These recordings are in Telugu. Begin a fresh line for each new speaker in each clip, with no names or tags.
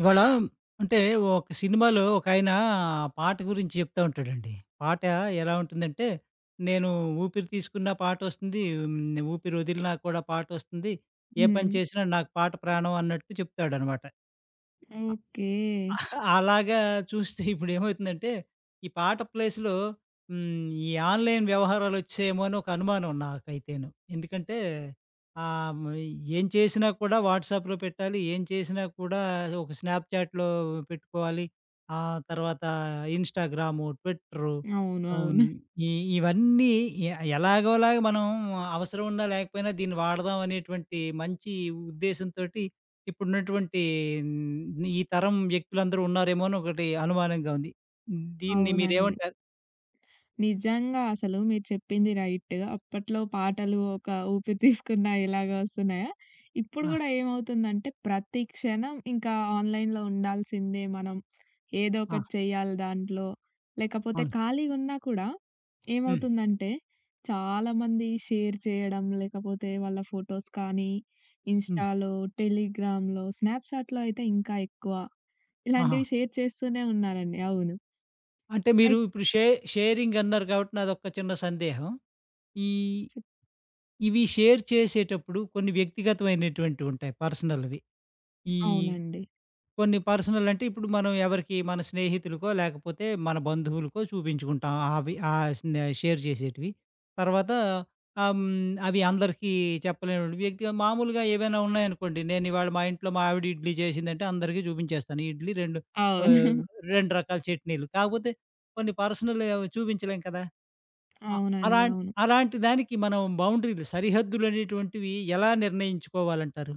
ఇవాళ అంటే ఒక సినిమాలో ఒకాయన పాట గురించి చెప్తా ఉంటాడండి. పాట ఎలా ఉంటుందంటే, నేను ఊపిరి తీసుకున్నా పాటొస్తుంది, ఊపిరి వదిలినా కూడా పాటొస్తుంది. ఏ పని
హ్మ్.
చేసినా నాకు పాట ప్రాణం అన్నట్టు చెప్తాడనమాట.
ఓకే.
అలాగా చూస్తే ఇప్పుడేమవుతుందంటే, ఈ పాట ప్లేస్‌లో ఈ ఆన్‌లైన్ వ్యవహారాలొచ్చేమో అని ఒక అనుమానం నాకైతేను. ఎందుకంటే ఆహ్, హ్మ్. ఏం చేసినా కూడా వాట్సాప్‌లో పెట్టాలి. ఏం చేసినా కూడా ఒక స్నాప్‌చాట్‌లో పెట్టుకోవాలి. ఆ తర్వాత ఇన్‌స్టాగ్రాము, ట్విట్టరు
అవును.
హ్మ్.
అవును.
ఈ ఇవన్నీ ఎ ఎలాగోలాగా మనం అవసరం ఉన్నా లేకపోయినా దీన్ని వాడదాం అనేటువంటి మంచి ఉద్దేశంతోటి ఇప్పుడున్నటువంటి ఈ తరం వ్యక్తులందరూ ఉన్నారేమో అని ఒకటి అనుమానంగా ఉంది. దీన్ని హ్మ్.
అవునండి.
మీరేమంటారు?
నిజంగా అసలు మీరు చెప్పింది రైట్. అప్పట్లో పాటలు ఒక ఊపిరి తీసుకున్నా ఇలాగ వస్తున్నాయా? ఇప్పుడు
ఆ!
గూడా ఏమవుతుందంటే ప్రతి క్షణం ఇంకా ఆన్‌లైన్‌లో ఉండాల్సిందే మనం. ఏదో
ఆ!
ఒకటి చేయాలి దాంట్లో. లేకపోతే
అవును.
ఖాళీగున్నా కూడా
హ్మ్.
ఏమవుతుందంటే చాలామంది షేర్ చేయడం, లేకపోతే వాళ్ళ ఫోటోస్ కానీ,
హ్మ్.
ఇన్‌స్టాలో, టెలిగ్రామ్‌లో, స్నాప్‌చాట్‌లో అయితే ఇంకా ఎక్కువ.
ఆహా!
ఇలాంటివి షేర్ చేస్తూనే ఉన్నారండి. అవును.
అంటే మీరు
అయిత్
ఇప్పుడు షేరింగ్ అన్నారు కాబట్టి నాదొక చిన్న సందేహం. ఈ ఇవి షేర్ చేసేటప్పుడు కొన్ని వ్యక్తిగతమైనటువంటివి ఉంటాయి పర్సనల్‌వి. ఈ
అవునండి.
కొన్ని పర్సనల్ అంటే ఇప్పుడు మనం ఎవరికి మన స్నేహితులకో లేకపోతే మన బంధువులకో చూపించుకుంటాం అవి షేర్ చేసేటివి తర్వాత ఆమ్, అవి అందరికీ చెప్పలేని వ్యక్తిగా మామూలుగా ఏవైనా ఉన్నాయనుకోండి. నేను ఇవాళ మా ఇంట్లో మా ఆవిడ ఇడ్లీ చేసిందంటే అందరికీ చూపించేస్తాను ఈ ఇడ్లీ, ఆ,
అవును.
రెండు రకాల చట్నీలు. కాకపోతే కొన్ని పర్సనల్ చూపించలేం కదా. అ-
అవునండి.
అలా
అవును.
అలాంటి దానికి మనం బౌండరీలు, సరిహద్దులు అనేటువంటివి ఎలా నిర్ణయించుకోవాలంటారు?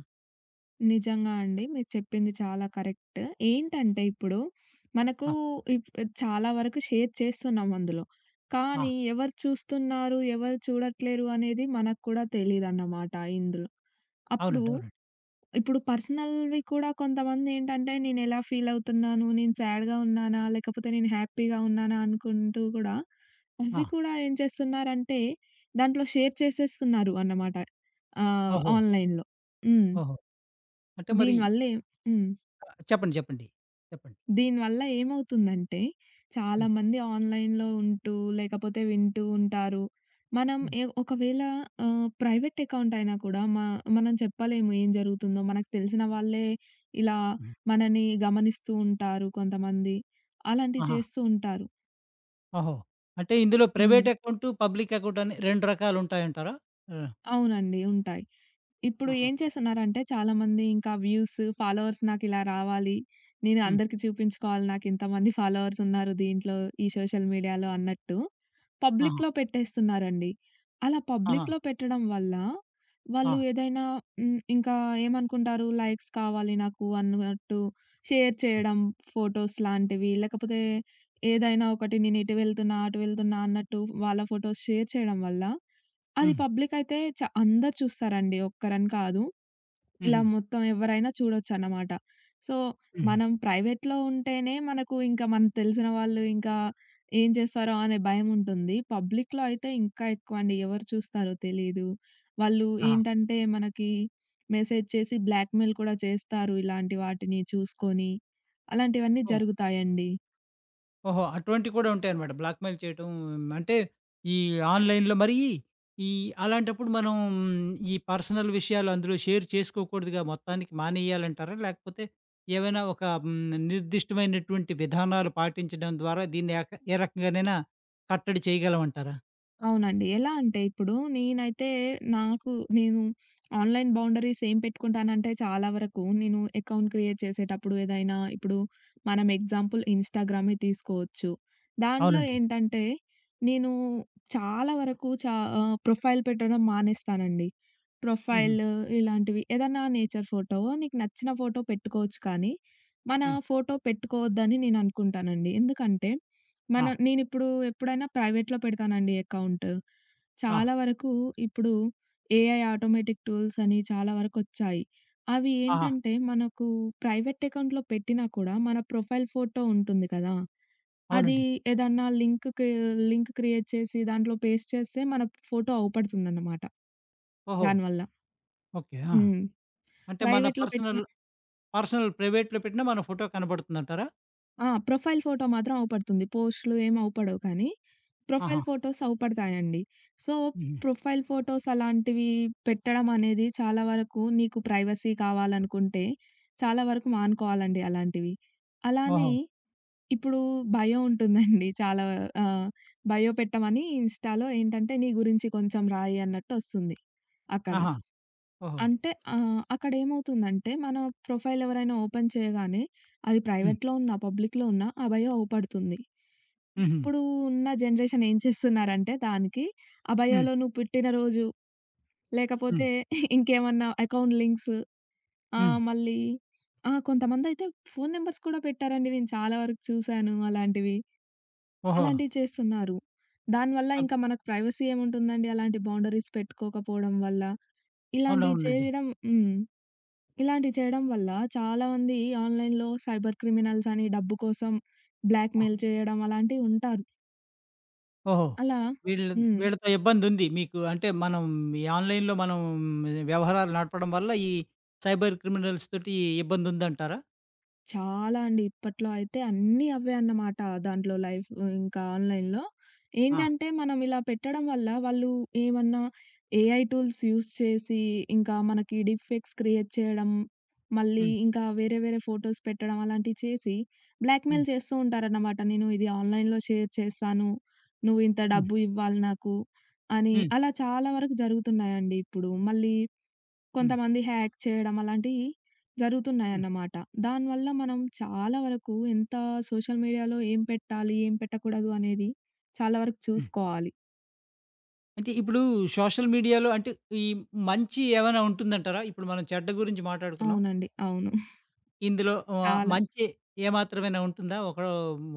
నిజంగా అండి. మీరు చెప్పింది చాలా కరెక్ట్. ఏంటంటే ఇప్పుడు మనకు
ఆ,
ఇప్ చాలా వరకు షేర్ చేస్తున్నాం అందులో.
ఆ,
కానీ ఎవరు చూస్తున్నారు, ఎవరు చూడట్లేరు అనేది మనకు కూడా తెలీదన్నమాట ఇందులో. అప్పుడు
అవునండి, అవునండి.
ఇప్పుడు పర్సనల్‌వి కూడా కొంతమందేంటంటే, నేనెలా ఫీలవుతున్నాను, నేను సాడ్‌గా ఉన్నానా, లేకపోతే నేను హ్యాపీగా ఉన్నానా అనుకుంటూ కూడా,
ఆ,
అవి కూడా ఏం చేస్తున్నారంటే, దాంట్లో షేర్ చేసేస్తున్నారు అన్నమాట.
ఓహో,
ఆన్‌లైన్‌లో. హ్మ్.
ఓహో. అంటే మరి
దీనివల్లే హ్మ్.
చెప్పండి. చెప్పండి. చెప్పండి.
దీనివల్ల ఏమవుతుందంటే,
హ్మ్.
చాలామంది ఆన్‌లైన్‌లో ఉంటూ, లేకపోతే వింటూ ఉంటారు. మనం
హ్మ్.
ఒకవేళ ప్రైవేట్ అకౌంట్ అయినా కూడా మనం చెప్పలేము ఏం జరుగుతుందో. మనకు తెలిసిన వాళ్ళే ఇలా
హ్మ్.
మనని గమనిస్తూ ఉంటారు కొంతమంది. అలాంటివి
ఆహా!
చేస్తూ ఉంటారు.
ఓహో! అంటే ఇందులో
హ్మ్.
ప్రైవేట్ అకౌంటు, పబ్లిక్ అకౌంట్ అని 2 రకాలుంటాయంటారా? ఆ!
అవునండి. ఉంటాయి. ఇప్పుడు
ఆహా!
ఏం చేస్తున్నారంటే చాలామంది ఇంకా వ్యూస్, ఫాలోవర్స్ నాకిలా రావాలి. నేను
హ్మ్.
అందరికి చూపించుకోవాలి నాకింతమంది ఫాలోవర్స్ ఉన్నారు దీంట్లో ఈ సోషల్ మీడియాలో అన్నట్టు
ఆహా!
పబ్లిక్‌లో పెట్టేస్తున్నారండి. అలా
ఆహా!
పబ్లిక్‌లో పెట్టడం వల్ల
ఆ!
వాళ్ళు ఏదైనా ఇంకా ఏమనుకుంటారు లైక్స్ కావాలి నాకు అన్నట్టు షేర్
హ్మ్.
చేయడం ఫోటోస్ లాంటివి లేకపోతే ఏదైనా ఒకటి నేను ఇటు వెళ్తున్నా, అటు వెళ్తున్నా అన్నట్టు వాళ్ళ ఫోటోస్ షేర్ చేయడం వల్ల అది
హ్మ్.
పబ్లిక్ అయితే అందరు చూస్తారండి. ఒక్కరని కాదు. ఇలా
హుహు.
మొత్తం ఎవరైనా చూడొచ్చన్నమాట. సో,
హుహు.
మనం ప్రైవేట్‌లో ఉంటేనే మనకు ఇంకా మనకు తెలిసిన వాళ్ళు ఇంకా ఏం చేస్తారో అనే భయముంటుంది. పబ్లిక్‌లో అయితే ఇంకా ఎక్కువండి. ఎవరు చూస్తారో తెలీదు. వాళ్ళు
ఆహా!
ఏంటంటే మనకి మెసేజ్ చేసి బ్లాక్‌మెయిల్ కూడా చేస్తారు. ఇలాంటి వాటిని చూసుకొని అలాంటివన్నీ
ఓహ్!
జరుగుతాయండి.
ఓహో! అటువంటివి కూడా ఉంటాయన్నమాట. బ్లాక్‌మెయిల్ చేయటం అంటే ఈ ఆన్‌లైన్‌లో మరి ఈ అలాంటప్పుడు మనం పర్సనల్ విషయాలు అందులో షేర్ చేసుకోకూడదుగా? మొత్తానికి మానేయాలంటారా? లేకపోతే ఏవైనా ఒక నిర్దిష్టమైనటువంటి విధానాలు పాటించడం ద్వారా దీన్ని ఏ రకంగానైనా కట్టడి చేయగలమంటారా?
అవునండి. ఎలా అంటే ఇప్పుడు నేనైతే నాకు నేను ఆన్‌లైన్ బౌండరీస్ ఏం పెట్టుకుంటానంటే చాలా వరకు నేను అకౌంట్ క్రియేట్ చేసేటప్పుడు ఏదైనా ఇప్పుడు మనం ఎగ్జాంపుల్ ఇన్‌స్టాగ్రామే తీసుకోవచ్చు. దాంట్లో
అవునండి.
ఏంటంటే నేను చాలా వరకు ప్రొఫైల్ పెట్టడం మానేస్తానండి.
హుహు.
ప్రొఫైల్ ఇలాంటివి ఏదన్నా నేచర్ ఫోటో నీకు నచ్చిన ఫోటో పెట్టుకోవచ్చు కానీ, మన
హ్మ్.
ఫోటో పెట్టుకోవద్దని నేను అనుకుంటానండి. ఎందుకంటే
ఆ!
నేనిప్పుడు ఎప్పుడైనా ప్రైవేట్‌లో పెడతానండి అకౌంట్.
ఆ!
చాలా వరకు ఇప్పుడు ఏఐ ఆటోమేటిక్ టూల్స్ అని చాలా వరకొచ్చాయి. అవి
ఆహా!
ఏంటంటే మనకు ప్రైవేట్ అకౌంట్‌లో పెట్టినా కూడా మన ప్రొఫైల్ ఫోటో ఉంటుంది కదా! అది
అవునండి.
ఏదన్నా లింక్‌కి లింక్ క్రియేట్ చేసి దాంట్లో పేస్ట్ చేస్తే మన ఫోటో అవుపడుతుందన్నమాట
ఓహో!
దానివల్ల.
ఓకే. ఆ!
హ్మ్.
అంటే మన
ప్రైవేట్‌లో పెట్టిన
పర్సనల్, ప్రైవేట్‌లో పెట్టినా మన ఫోటో కనబడుతుందంటారా?
ఆ! ప్రొఫైల్ ఫోటో మాత్రం అవుపడుతుంది. పోస్ట్‌లు ఏమి అవుపడవు కానీ, ప్రొఫైల్
ఆహా!
ఫోటోస్ అవుపడతాయండి. సో,
హుహు.
ప్రొఫైల్ ఫోటోస్ అలాంటివి పెట్టడం అనేది చాలా వరకు నీకు ప్రైవసీ కావాలనుకుంటే, చాలా వరకు మానుకోవాలండి అలాంటివి. అలానే
ఓహో!
ఇప్పుడు బయో ఉంటుందండి. ఆహ్, బయో పెట్టమని ఇన్‌స్టాలో ఏంటంటే, నీ గురించి కొంచెం రాయి అన్నట్టు ఒస్తుంది అక్కడ.
ఆహా! ఓహో!
అంటే అక్కడేమవుతుందంటే మన ప్రొఫైల్ ఎవరైనా ఓపెన్ చేయగానే అది
హ్మ్.
ప్రైవేట్‌లో ఉన్నా, పబ్లిక్‌లో ఉన్నా ఆ బయో అవుపడుతుంది.
హుహు.
ఇప్పుడు ఉన్న జనరేషన్ ఏం చేస్తున్నారంటే దానికి ఆ
హ్మ్.
బయోలో నువ్వు పుట్టినరోజు,
హ్మ్.
లేకపోతే ఇంకేమన్నా అకౌంట్ లింక్స్
హ్మ్.
ఆహ్, మళ్ళీ ఆ! కొంతమందయితే ఫోను నంబర్స్ కూడా పెట్టారండి. నేను చాలా వరకు చూసాను అలాంటివి.
ఓహో!
అలాంటివి చేస్తున్నారు. దానివల్ల
అంత
ఇంకా మనకు ప్రైవసీ ఏముంటుందండి అలాంటి బౌండరీస్ పెట్టుకోకపోవడం వల్ల. ఇలాంటివి
అవునవునండి.
చేయడం హ్మ్. ఇలాంటివి చేయడం వల్ల చాలామంది ఆన్‌లైన్‌లో సైబర్ క్రిమినల్స్ అని డబ్బు కోసం
ఆ!
బ్లాక్‌మెయిల్ చేయడం అలాంటివి ఉంటారు.
ఓహో!
అలా
వీళ్ళ
హ్మ్.
వీళ్ళతో ఇబ్బందుంది మీకు. అంటే మనం ఈ ఆన్‌లైన్‌లో మనం వ్యవహారాలు నడపడం వల్ల ఈ సైబర్ క్రిమినల్స్ తోటి ఇబ్బందుందంటారా?
చాలా అండి. ఇప్పట్లో అయితే అన్నీ అవే అన్నమాట. దాంట్లో లైఫ్ ఇంకా ఆన్‌లైన్‌లో.
ఆ!
ఏంటంటే మనం ఇలా పెట్టడం వల్ల వాళ్ళు ఏమన్నా ఏఐ టూల్స్ యూజ్ చేసి ఇంకా మనకి డీప్‌ఫేక్స్ క్రియేట్ చేయడం, మళ్ళీ
హ్మ్.
ఇంకా వేరే వేరే ఫోటోస్ పెట్టడం అలాంటివి చేసి
హ్మ్.
బ్లాక్‌మెయిల్ చేస్తూ ఉంటారన్నమాట. నేను ఇది ఆన్‌లైన్‌లో షేర్ చేస్తాను. నువ్వు ఇంత
హ్మ్.
డబ్బు ఇవ్వాలి నాకు అని
హ్మ్.
అలా చాలా వరకు జరుగుతున్నాయండి ఇప్పుడు. మళ్ళీ
హ్మ్.
కొంతమంది హ్యాక్ చేయడం అలాంటివి
హ్మ్.
జరుగుతున్నాయన్నమాట. దానివల్ల మనం చాలా వరకు ఎంత సోషల్ మీడియాలో ఏం పెట్టాలి, ఏం పెట్టకూడదు అనేది చాలా వరకు
హ్మ్.
చూసుకోవాలి.
అయితే ఇప్పుడు సోషల్ మీడియాలో అంటే ఈ మంచి ఏమైనా ఉంటుందంటారా? ఇప్పుడు మనం చెడ్డ గురించి మాట్లాడుకున్నాం.
అవునండి. అవును.
ఇందులో
చాలా
మంచి ఏమాత్రమైనా ఉంటుందా? ఒకటో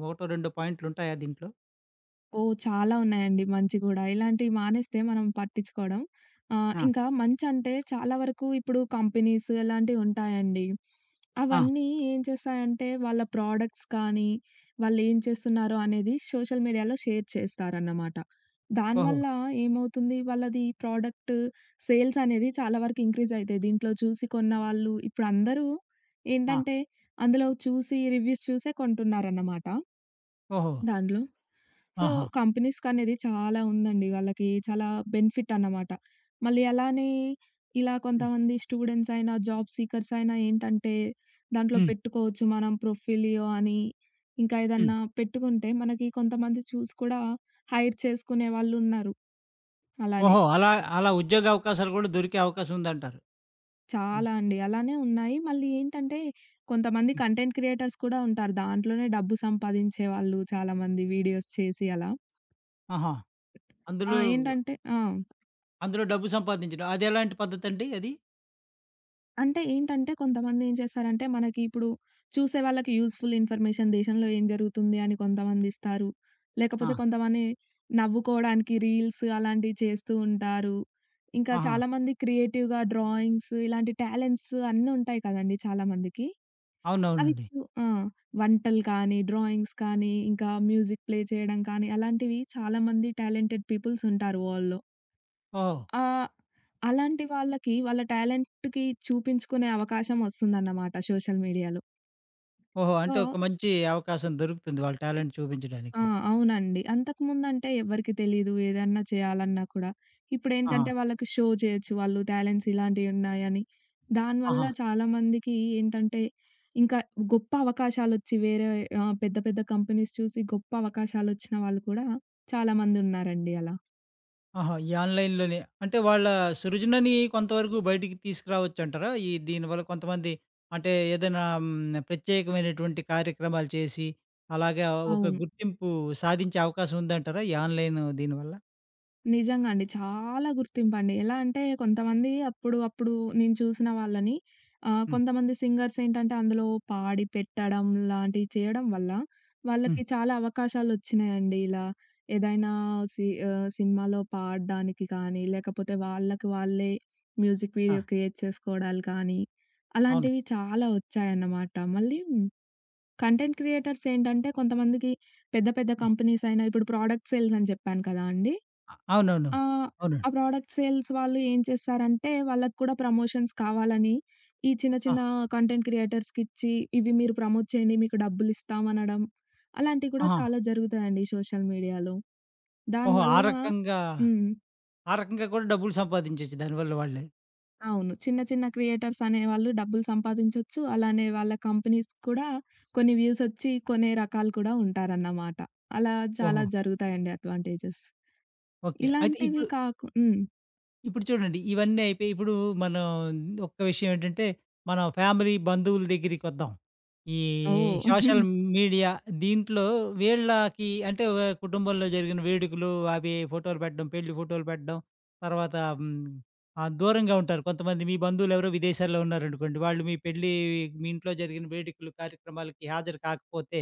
ఒకటో రెండో పాయింట్లుంటాయా దీంట్లో?
ఓహ్! చాలా ఉన్నాయండి మంచి గూడా. ఇలాంటివి మానేస్తే మనం పట్టించుకోవడం.
ఆ!
ఇంకా మంచంటే చాలా వరకు ఇప్పుడు కంపెనీస్ ఇలాంటివుంటాయండి.
ఆ!
అవన్నీ ఏం చేస్తాయంటే వాళ్ళ ప్రొడక్ట్స్ కానీ, వాళ్ళేం చేస్తున్నారో అనేది సోషల్ మీడియాలో షేర్ చేస్తారన్నమాట.
ఓహో!
దానివల్ల ఏమవుతుంది వాళ్ళది ప్రొడక్ట్ సేల్స్ అనేది చాలా వరకు ఇంక్రీజ్ అయితాయి. దీంట్లో చూసి కొన్నవాళ్ళు ఇప్పుడందరూ
ఆ!
ఏంటంటే అందులో చూసి రివ్యూస్ చూసే కొంటున్నారన్నమాట
ఓహో!
దాంట్లో. సో,
ఆహా!
కంపెనీస్ కనేది చాలా ఉందండి. వాళ్ళకి చాలా బెనిఫిట్ అన్నమాట. మళ్ళీ అలానే ఇలా
హ్మ్.
కొంతమంది స్టూడెంట్స్ అయినా, జాబ్ సీకర్స్ అయినా ఏంటంటే దాంట్లో
హ్మ్.
పెట్టుకోవచ్చు మనం ప్రొఫిలియో అని. ఇంకా
హ్మ్.
ఏదన్నా పెట్టుకుంటే మనకి కొంతమంది చూసి కూడా హైర్ చేసుకునే వాళ్ళున్నారు. అలానే
ఓహో! అలా అలా ఉద్యోగ అవకాశాలు కూడా దొరికే అవకాశం ఉందంటారు. హ్మ్.
చాలా అండి. అలానే ఉన్నాయి. మళ్ళీ ఏంటంటే కొంతమంది
హ్మ్.
కంటెంట్ క్రియేటర్స్ కూడా ఉంటారు. దాంట్లోనే డబ్బు సంపాదించే వాళ్ళు చాలామంది వీడియోస్ చేసి అలా.
ఆహా!
ఆ!
అందులో
ఏంటంటే ఆ!
అందులో డబ్బు సంపాదించడం. అదెలాంటి పద్ధతండి అది?
అంటే ఏంటంటే కొంతమంది ఏం చేస్తారంటే మనకి ఇప్పుడు చూసే వాళ్ళకి యూజ్‌ఫుల్ ఇన్ఫర్మేషన్ దేశంలో ఏం జరుగుతుంది అని కొంతమంది ఇస్తారు.
ఆ!
లేకపోతే కొంతమంది నవ్వుకోవడానికి రీల్స్ అలాంటివి చేస్తూ ఉంటారు. ఇంకా
ఆహా!
చాలామంది క్రియేటివ్‌గా డ్రాయింగ్స్ ఇలాంటి టాలెంట్స్ అన్నీ ఉంటాయి కదండీ చాలామందికి. అవి
అవునవునండి.
ఆ! వంటలు కానీ, డ్రాయింగ్స్ కానీ, ఇంకా మ్యూజిక్ ప్లే చేయడం కానీ అలాంటివి చాలామంది టాలెంటెడ్ పీపుల్స్ ఉంటారు వరల్డ్‌లో.
ఓహో!
ఆ! అలాంటి వాళ్ళకి వాళ్ళ టాలెంట్‌కి చూపించుకునే అవకాశం వస్తుందన్నమాట సోషల్ మీడియాలో.
ఓహో!
సో
అంటే ఒక మంచి అవకాశం దొరుకుతుంది వాళ్ళ టాలెంట్
ఆ!
చూపించడానికి.
అవునండి. అంతకుముందంటే ఎవ్వరికీ తెలీదు. ఏదన్నా చేయాలన్నా కూడా.
ఆహా!
ఇప్పుడేంటంటే వాళ్ళకి షో చేయొచ్చు. వాళ్ళు టాలెంట్స్ ఇలాంటియున్నాయని. దానివల్ల
ఆహా!
చాలామందికి ఏంటంటే ఇంకా గొప్ప అవకాశాలొచ్చి వేరే పెద్ద పెద్ద కంపెనీస్ చూసి గొప్ప అవకాశాలొచ్చిన వాళ్ళు కూడా చాలామందున్నారండి అలా.
ఆహా! ఈ ఆన్‌లైన్‌లోనే. అంటే వాళ్ళ సృజనని కొంతవరకు బయటికి తీసుకురావచ్చంటారా? ఈ దీనివల్ల కొంతమంది అంటే ఏదైనా ప్రత్యేకమైనటువంటి కార్యక్రమాలు చేసి, అలాగా ఒక
అవును.
గుర్తింపు సాధించే అవకాశం ఉందంటారా? ఈ ఆన్‌లైన్ దీనివల్ల?
నిజంగా అండి. చాలా గుర్తింపండి. ఎలా అంటే కొంతమంది అప్పుడు నేను చూసిన వాళ్ళని
హ్మ్.
కొంతమంది సింగర్స్ ఏంటంటే అందులో పాడి పెట్టడం లాంటివి చేయడం వల్ల వాళ్ళకి
హ్మ్.
చాలా అవకాశాలొచ్చినాయండి. ఇలా ఏదైనా సినిమాలో పాడడానికి కానీ, లేకపోతే వాళ్ళకి వాళ్ళే మ్యూజిక్
ఆ!
వీడియో క్రియేట్ చేసుకోవడాలు కానీ,
అవును.
అలాంటివి చాలా వచ్చాయన్నమాట. మళ్ళీ కంటెంట్ క్రియేటర్స్ ఏంటంటే కొంతమందికి పెద్ద పెద్ద
ఆ!
కంపెనీస్ అయినా ఇప్పుడు ప్రొడక్ట్ సేల్స్ అని చెప్పాను కదా అండీ!
అవునవును.
ఆహ్, ఆ
అవునండి.
ప్రొడక్ట్ సేల్స్ వాళ్ళు ఏం చేస్తారంటే, వాళ్ళకి కూడా ప్రమోషన్స్ కావాలని, ఈ చిన్న
ఆ!
చిన్న కంటెంట్ క్రియేటర్స్‌కిచ్చి, ఇవి మీరు ప్రమోట్ చేయండి, మీకు డబ్బులిస్తాం అనడం, అలాంటివి కూడా
ఆహా!
చాలా జరుగుతాయండి ఈ సోషల్ మీడియాలో.
ఓహో! ఆ
దానివల్ల
రకంగా,
హ్మ్.
ఆ రకంగా కూడా డబ్బులు సంపాదించొచ్చు దానివల్ల వాళ్ళే.
అవును. చిన్న చిన్న క్రియేటర్స్ అనేవాళ్ళు డబ్బులు సంపాదించొచ్చు. అలానే వాళ్ళ కంపెనీస్ కూడా కొన్ని వ్యూసొచ్చి కొనే రకాలు కూడా ఉంటారన్నమాట. అలా చాలా
ఓహో!
జరుగుతాయండి అడ్వాంటేజెస్.
ఓకే. అయితే
ఇలాంటివి
ఇప్పుడు
కాకు హ్మ్.
ఇప్పుడు చూడండి ఇవన్నీ అయిపోయి. ఇప్పుడు మనం ఒక్క విషయం ఏంటంటే, మనం ఫ్యామిలీ, బంధువుల దగ్గరికొద్దాం. ఈ
ఓహ్!
సోషల్ మీడియా దీంట్లో వీళ్ళకి అంటే కుటుంబంలో జరిగిన వేడుకలు, అవి ఫోటోలు పెట్టడం, పెళ్లి ఫోటోలు పెట్టడం, తర్వాత దూరంగా ఉంటారు కొంతమంది. మీ బంధువులెవరో విదేశాల్లో ఉన్నారనుకోండి, వాళ్ళు మీ ఇంట్లో జరిగిన వేడుకలు, కార్యక్రమాలకి హాజరు కాకపోతే,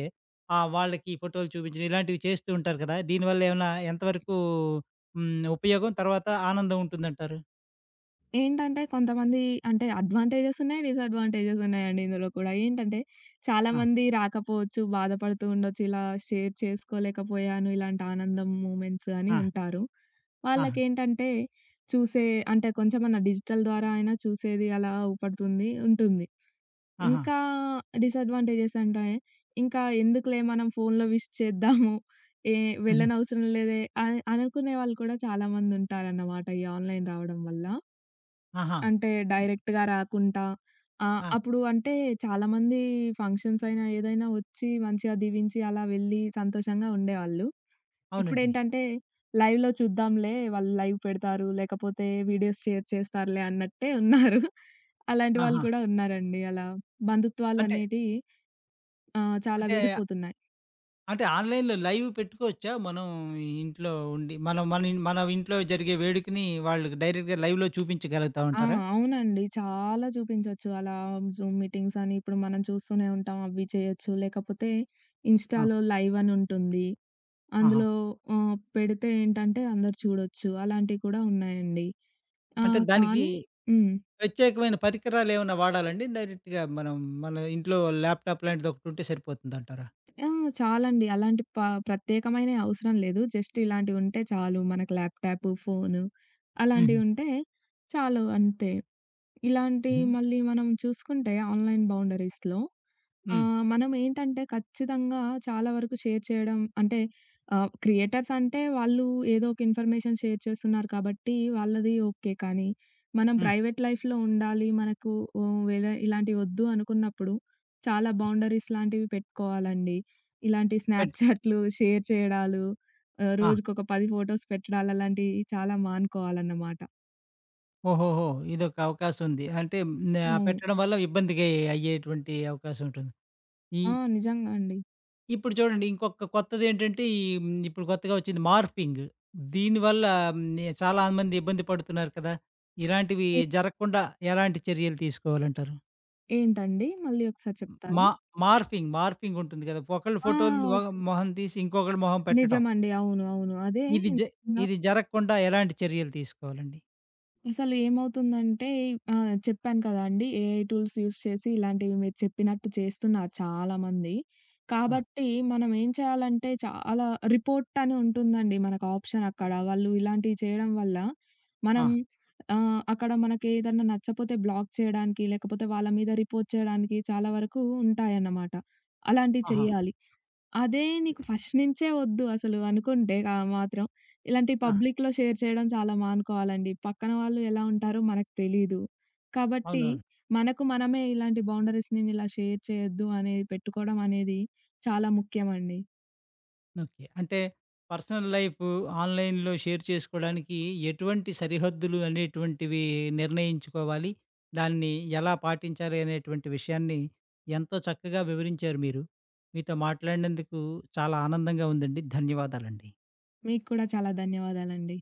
వాళ్ళకి ఫోటోలు చూపించడం ఇలాంటివి చేస్తూ ఉంటారు కదా! దీనివల్ల ఏమైనా ఎంతవరకు ఉపయోగం, తర్వాత ఆనందం ఉంటుందంటారు?
ఏంటంటే కొంతమంది అంటే అడ్వాంటేజెస్ ఉన్నాయి. డిసడ్వాంటేజెస్ ఉన్నాయండి ఇందులో కూడా. ఏంటంటే
ఆ!
చాలామంది రాకపోవచ్చు, బాధపడుతూ ఉండొచ్చు. ఇలా షేర్ చేసుకోలేకపోయాను ఇలాంటి ఆనందం మూమెంట్స్ అని
ఆ!
ఉంటారు.
ఆహా!
వాళ్ళకేంటంటే చూసే అంటే కొంచెమన్నా డిజిటల్ ద్వారా అయినా చూసేది అలా ఊపడుతుంది ఉంటుంది.
ఆహా!
ఇంకా డిసడ్వాంటేజెస్ అంటే ఇంకా ఎందుకులే మనం ఫోన్‌లో విష్ చేద్దాము. ఏ
హుహు.
వెళ్ళనవసరం లేదే అని అనుకునే వాళ్ళు కూడా చాలామంది ఉంటారన్నమాట. ఈ ఆన్‌లైన్ రావడం వల్ల.
ఆహా!
అంటే
హ్మ్.
డైరెక్ట్‌గా రాకుండా
ఆ!
అప్పుడు అంటే చాలామంది ఫంక్షన్స్ అయినా ఏదైనా వచ్చి మంచిగా దీవించి అలా వెళ్ళి సంతోషంగా ఉండేవాళ్ళు.
అవునండి.
ఇప్పుడేంటంటే లైవ్‌లో చూద్దాంలే వాళ్ళు లైవ్ పెడతారు, లేకపోతే వీడియోస్ షేర్ చేస్తారులే అన్నట్టే ఉన్నారు. అలాంటి వాళ్ళు
ఆహా!
కూడా ఉన్నారండి. అలా
అంటే
బంధుత్వాలనేటియి చాలా
అంటే
విడిపోతున్నాయి.
అంటే ఆన్‌లైన్‌లో లైవ్ పెట్టుకోవచ్చా? మనం ఇంట్లో ఉండి మనం మన ఇంట్లో జరిగే వేడుకని వాళ్ళకి డైరెక్ట్‌గా లైవ్‌లో చూపించగలుగుతాం
ఆ!
అంటారా?
అవునండి. చాలా చూపించొచ్చు. అలా జూమ్ మీటింగ్స్ అని ఇప్పుడు మనం చూస్తూనే ఉంటాం. అవి చేయొచ్చు. లేకపోతే
ఆ!
ఇన్‌స్టాలో లైవ్ అని ఉంటుంది.
ఆహా!
అందులో పెడితే ఏంటంటే అందరూ చూడొచ్చు. అలాంటివి కూడా ఉన్నాయండి. ఆ!
అంటే దానికి
కానీ హ్మ్.
ప్రత్యేకమైన పరికరాలేమన్నా వాడాలండి? డైరెక్ట్‌గా మనం మన ఇంట్లో ల్యాప్‌టాప్ లాంటిదొకటుంటే సరిపోతుందంటారా?
ఆ! చాలండి. అలాంటి ప్రత్యేకమైనయి అవసరం లేదు. జస్ట్ ఇలాంటివుంటే చాలు. మనకు ల్యాప్‌టాపు, ఫోను
హుహు.
అలాంటివుంటే చాలు అంతే. ఇలాంటి
హ్మ్.
మళ్ళీ మనం చూసుకుంటే ఆన్‌లైన్ బౌండరీస్‌లో
హ్మ్.
మనమేంటంటే ఖచ్చితంగా చాలా వరకు షేర్ చేయడం అంటే క్రియేటర్స్ అంటే వాళ్ళు ఏదో ఒక ఇన్ఫర్మేషన్ షేర్ చేస్తున్నారు కాబట్టి వాళ్ళది ఓకే. కానీ మనం
హ్మ్.
ప్రైవేట్ లైఫ్‌లో ఉండాలి. మనకు వేరే ఇలాంటివి వద్దు అనుకున్నప్పుడు చాలా బౌండరీస్ లాంటివి పెట్టుకోవాలండి. ఇలాంటి
పెట్
స్నాప్‌చాట్‌లు షేర్ చేయడాలు రోజుకొక 10 ఫోటోస్ పెట్టడాలు అలాంటివి చాలా మానుకోవాలన్నమాట.
ఓహోహో! ఇదొక అవకాశం ఉంది. అంటే
అవును.
పెట్టడం వల్ల ఇబ్బందికి అయ్యేటువంటి అవకాశం ఉంటుంది. ఈ
ఆ! నిజంగా అండి.
ఇప్పుడు చూడండి, ఇంకొక కొత్తదేంటంటే ఇప్పుడు కొత్తగా వచ్చింది మార్ఫింగ్. దీనివల్ల హ్మ్, చాలా మంది ఇబ్బంది పడుతున్నారు కదా! ఇలాంటివి
ఏ
జరగకుండా ఎలాంటి చర్యలు తీసుకోవాలంటారు?
ఏంటండి? మళ్ళీ ఒకసారి చెప్తారా?
మా మార్ఫింగ్, ఉంటుంది కదా! ఒకళ్ళ
ఆ!
ఫోటోలు,
ఓకే.
మొహం తీసి ఇంకొకళ్ళ మొహం పెట్టడం.
నిజమండి. అవును. అవును. అదే
ఇది జ
ఇంగా
ఇది జరగకుండా ఎలాంటి చర్యలు తీసుకోవాలండి?
అసలు ఏమవుతుందంటే చెప్పాను కదండీ! ఏఐ టూల్స్ యూజ్ చేసి ఇలాంటివి మీరు చెప్పినట్టు చేస్తున్నారు చాలామంది.
ఆ!
కాబట్టి మనం ఏం చేయాలంటే చాలా రిపోర్ట్ అని ఉంటుందండి మనకు ఆప్షన్ అక్కడ. వాళ్ళు ఇలాంటివి చేయడం వల్ల మనం
ఆ!
అక్కడ మనకేదన్నా నచ్చపోతే బ్లాక్ చేయడానికి, లేకపోతే వాళ్ళ మీద రిపోర్ట్ చేయడానికి చాలా వరకు ఉంటాయన్నమాట. అలాంటివి
ఆహా!
చేయాలి. అదే నీకు ఫస్ట్ నుంచే వద్దు అసలు అనుకుంటే ఆ మాత్రం ఇలాంటి
ఆ!
పబ్లిక్‌లో షేర్ చేయడం చాలా మానుకోవాలండి. పక్కన వాళ్ళు ఎలా ఉంటారో మనకు తెలీదు. కాబట్టి
అవునవును.
మనకు మనమే ఇలాంటి బౌండరీస్ నేను ఇలా షేర్ చేయొద్దు అనేది పెట్టుకోవడం అనేది చాలా ముఖ్యమండి.
ఓకే. అంటే పర్సనల్ లైఫు ఆన్‌లైన్‌లో షేర్ చేసుకోడానికి ఎటువంటి సరిహద్దులు అనేటువంటివి నిర్ణయించుకోవాలి? దాన్ని ఎలా పాటించాలి అనేటువంటి విషయాన్ని ఎంతో చక్కగా వివరించారు మీరు. మీతో మాట్లాడినందుకు చాలా ఆనందంగా ఉందండి. ధన్యవాదాలండి.
మీకు కూడా చాలా ధన్యవాదాలండి.